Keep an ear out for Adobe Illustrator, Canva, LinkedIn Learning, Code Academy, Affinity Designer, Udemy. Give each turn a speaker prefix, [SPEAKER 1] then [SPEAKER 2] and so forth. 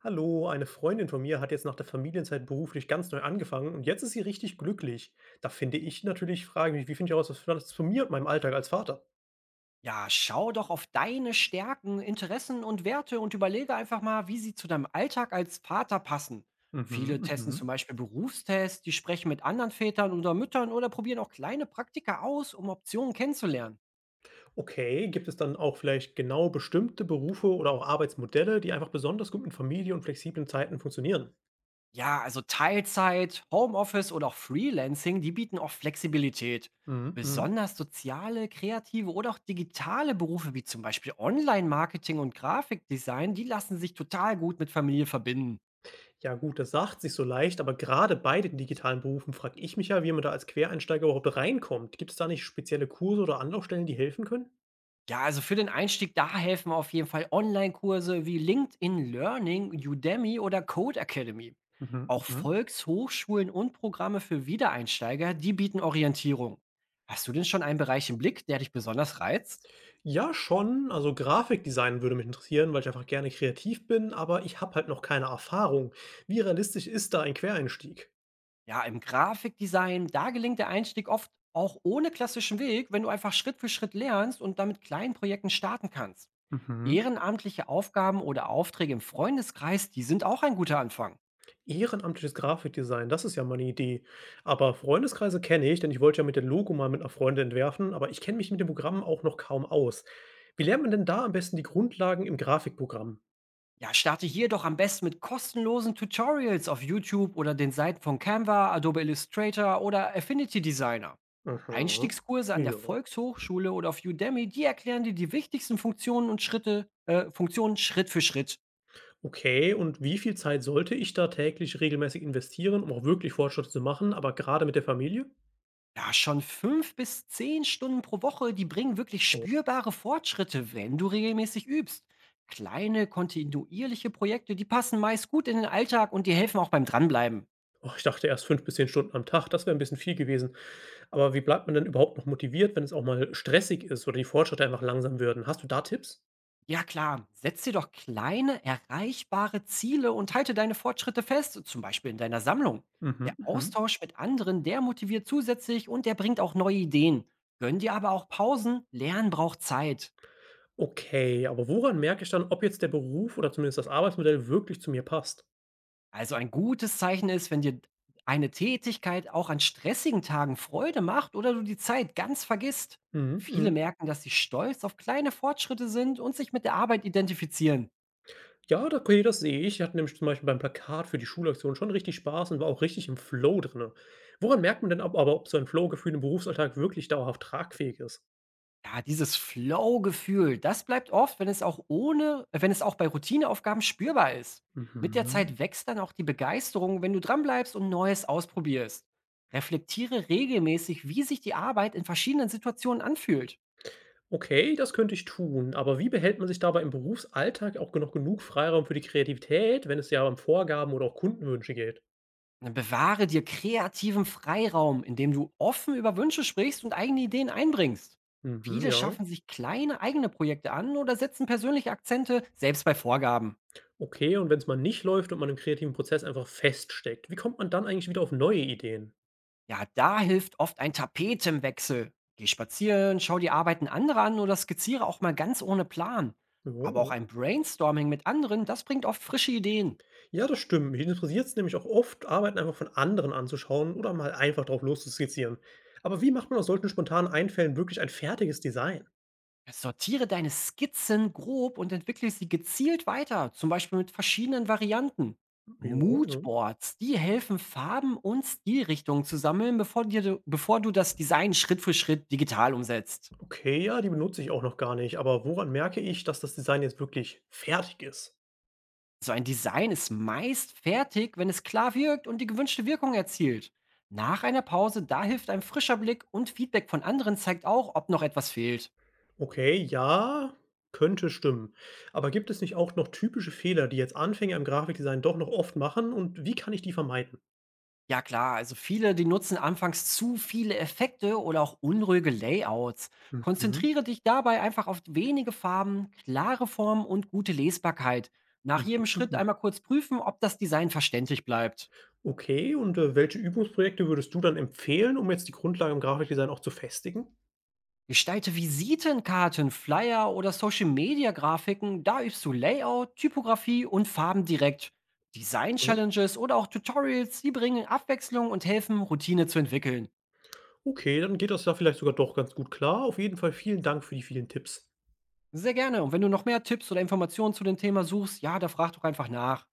[SPEAKER 1] Hallo, eine Freundin von mir hat jetzt nach der Familienzeit beruflich ganz neu angefangen und jetzt ist sie richtig glücklich. Da finde ich natürlich, frage mich, wie finde ich heraus, was das von mir und meinem Alltag als Vater?
[SPEAKER 2] Ja, schau doch auf deine Stärken, Interessen und Werte und überlege einfach mal, wie sie zu deinem Alltag als Vater passen.
[SPEAKER 1] Mhm,
[SPEAKER 2] Viele testen zum
[SPEAKER 1] mhm.
[SPEAKER 2] Beispiel Berufstests, die sprechen mit anderen Vätern oder Müttern oder probieren auch kleine Praktika aus, um Optionen kennenzulernen.
[SPEAKER 1] Okay, gibt es dann auch vielleicht genau bestimmte Berufe oder auch Arbeitsmodelle, die einfach besonders gut mit Familie und flexiblen Zeiten funktionieren?
[SPEAKER 2] Ja, also Teilzeit, Homeoffice oder auch Freelancing, die bieten auch Flexibilität.
[SPEAKER 1] Mhm, mhm.
[SPEAKER 2] Besonders soziale, kreative oder auch digitale Berufe wie zum Beispiel Online-Marketing und Grafikdesign, die lassen sich total gut mit Familie verbinden.
[SPEAKER 1] Ja gut, das sagt sich so leicht, aber gerade bei den digitalen Berufen frage ich mich ja, wie man da als Quereinsteiger überhaupt reinkommt. Gibt es da nicht spezielle Kurse oder Anlaufstellen, die helfen können?
[SPEAKER 2] Ja, also für den Einstieg, da helfen auf jeden Fall Online-Kurse wie LinkedIn Learning, Udemy oder Code Academy.
[SPEAKER 1] Mhm,
[SPEAKER 2] Auch
[SPEAKER 1] mhm.
[SPEAKER 2] Volkshochschulen und Programme für Wiedereinsteiger, die bieten Orientierung. Hast du denn schon einen Bereich im Blick, der dich besonders reizt?
[SPEAKER 1] Ja, schon. Also Grafikdesign würde mich interessieren, weil ich einfach gerne kreativ bin, aber ich habe halt noch keine Erfahrung. Wie realistisch ist da ein Quereinstieg?
[SPEAKER 2] Ja, im Grafikdesign, da gelingt der Einstieg oft auch ohne klassischen Weg, wenn du einfach Schritt für Schritt lernst und damit kleinen Projekten starten kannst.
[SPEAKER 1] Mhm.
[SPEAKER 2] Ehrenamtliche Aufgaben oder Aufträge im Freundeskreis, die sind auch ein guter Anfang.
[SPEAKER 1] Ehrenamtliches Grafikdesign, das ist ja mal 'ne Idee. Aber Freundeskreise kenne ich, denn ich wollte ja mit dem Logo mal mit einer Freundin entwerfen, aber ich kenne mich mit dem Programm auch noch kaum aus. Wie lernt man denn da am besten die Grundlagen im Grafikprogramm?
[SPEAKER 2] Ja, starte hier doch am besten mit kostenlosen Tutorials auf YouTube oder den Seiten von Canva, Adobe Illustrator oder Affinity Designer.
[SPEAKER 1] Mhm.
[SPEAKER 2] Einstiegskurse an der
[SPEAKER 1] Ja.
[SPEAKER 2] Volkshochschule oder auf Udemy, die erklären dir die wichtigsten Funktionen und Funktionen Schritt für Schritt.
[SPEAKER 1] Okay, und wie viel Zeit sollte ich da täglich regelmäßig investieren, um auch wirklich Fortschritte zu machen, aber gerade mit der Familie?
[SPEAKER 2] Ja, schon 5 bis 10 Stunden pro Woche, die bringen wirklich spürbare Fortschritte, wenn du regelmäßig übst. Kleine, kontinuierliche Projekte, die passen meist gut in den Alltag und die helfen auch beim Dranbleiben.
[SPEAKER 1] Oh, ich dachte erst 5 bis 10 Stunden am Tag, das wäre 'n bisschen viel gewesen. Aber wie bleibt man denn überhaupt noch motiviert, wenn es auch mal stressig ist oder die Fortschritte einfach langsam würden? Hast du da Tipps?
[SPEAKER 2] Ja klar, setz dir doch kleine, erreichbare Ziele und halte deine Fortschritte fest, zum Beispiel in deiner Sammlung. Der
[SPEAKER 1] Mhm, mhm.
[SPEAKER 2] Austausch mit anderen, der motiviert zusätzlich und der bringt auch neue Ideen. Gönn dir aber auch Pausen, Lernen braucht Zeit.
[SPEAKER 1] Okay, aber woran merke ich dann, ob jetzt der Beruf oder zumindest das Arbeitsmodell wirklich zu mir passt?
[SPEAKER 2] Also ein gutes Zeichen ist, wenn dir eine Tätigkeit auch an stressigen Tagen Freude macht oder du die Zeit ganz vergisst.
[SPEAKER 1] Mhm,
[SPEAKER 2] Viele
[SPEAKER 1] mhm.
[SPEAKER 2] merken, dass sie stolz auf kleine Fortschritte sind und sich mit der Arbeit identifizieren.
[SPEAKER 1] Ja, da okay, das sehe ich. Ich hatte nämlich zum Beispiel beim Plakat für die Schulaktion schon richtig Spaß und war auch richtig im Flow drinne. Woran merkt man denn ab aber, ob so ein Flow-Gefühl im Berufsalltag wirklich dauerhaft tragfähig ist?
[SPEAKER 2] Ja, dieses Flow-Gefühl, das bleibt oft, wenn es auch bei Routineaufgaben spürbar ist. Mit der
[SPEAKER 1] Mhm.
[SPEAKER 2] Zeit wächst dann auch die Begeisterung, wenn du dranbleibst und Neues ausprobierst. Reflektiere regelmäßig, wie sich die Arbeit in verschiedenen Situationen anfühlt.
[SPEAKER 1] Okay, das könnte ich tun, aber wie behält man sich dabei im Berufsalltag auch noch genug Freiraum für die Kreativität, wenn es ja um Vorgaben oder auch Kundenwünsche geht?
[SPEAKER 2] Und dann bewahre dir kreativen Freiraum, indem du offen über Wünsche sprichst und eigene Ideen einbringst.
[SPEAKER 1] Mhm,
[SPEAKER 2] Viele
[SPEAKER 1] ja.
[SPEAKER 2] schaffen sich kleine eigene Projekte an oder setzen persönliche Akzente, selbst bei Vorgaben.
[SPEAKER 1] Okay, und wenn es mal nicht läuft und man im kreativen Prozess einfach feststeckt, wie kommt man dann eigentlich wieder auf neue Ideen?
[SPEAKER 2] Ja, da hilft oft ein Tapetenwechsel. Geh spazieren, schau die Arbeiten anderer an oder skizziere auch mal ganz ohne Plan.
[SPEAKER 1] Ja,
[SPEAKER 2] Aber auch
[SPEAKER 1] ja.
[SPEAKER 2] ein Brainstorming mit anderen, das bringt oft frische Ideen.
[SPEAKER 1] Ja, das stimmt. Mich interessiert es nämlich auch oft, Arbeiten einfach von anderen anzuschauen oder mal einfach drauf loszuskizzieren. Aber wie macht man aus solchen spontanen Einfällen wirklich ein fertiges Design?
[SPEAKER 2] Ja, sortiere deine Skizzen grob und entwickle sie gezielt weiter, zum Beispiel mit verschiedenen Varianten.
[SPEAKER 1] Ja, ja.
[SPEAKER 2] Moodboards, die helfen, Farben und Stilrichtungen zu sammeln, bevor du das Design Schritt für Schritt digital umsetzt.
[SPEAKER 1] Okay, ja, die benutze ich auch noch gar nicht. Aber woran merke ich, dass das Design jetzt wirklich fertig ist?
[SPEAKER 2] So ein Design ist meist fertig, wenn es klar wirkt und die gewünschte Wirkung erzielt. Nach einer Pause, da hilft ein frischer Blick und Feedback von anderen zeigt auch, ob noch etwas fehlt.
[SPEAKER 1] Okay, ja, könnte stimmen. Aber gibt es nicht auch noch typische Fehler, die jetzt Anfänger im Grafikdesign doch noch oft machen? Und wie kann ich die vermeiden?
[SPEAKER 2] Ja klar, also viele, die nutzen anfangs zu viele Effekte oder auch unruhige Layouts.
[SPEAKER 1] Mhm,
[SPEAKER 2] Konzentriere dich dabei einfach auf wenige Farben, klare Formen und gute Lesbarkeit. Nach
[SPEAKER 1] mhm,
[SPEAKER 2] jedem Schritt
[SPEAKER 1] mhm.
[SPEAKER 2] einmal kurz prüfen, ob das Design verständlich bleibt.
[SPEAKER 1] Okay, und welche Übungsprojekte würdest du dann empfehlen, um jetzt die Grundlage im Grafikdesign auch zu festigen?
[SPEAKER 2] Gestalte Visitenkarten, Flyer oder Social-Media-Grafiken, da übst du Layout, Typografie und Farben direkt.
[SPEAKER 1] Mhm.
[SPEAKER 2] Design-Challenges oder auch Tutorials, die bringen Abwechslung und helfen, Routine zu entwickeln.
[SPEAKER 1] Okay, dann geht das ja vielleicht sogar doch ganz gut klar. Auf jeden Fall vielen Dank für die vielen Tipps.
[SPEAKER 2] Sehr gerne. Und wenn du noch mehr Tipps oder Informationen zu dem Thema suchst, ja, da frag doch einfach nach.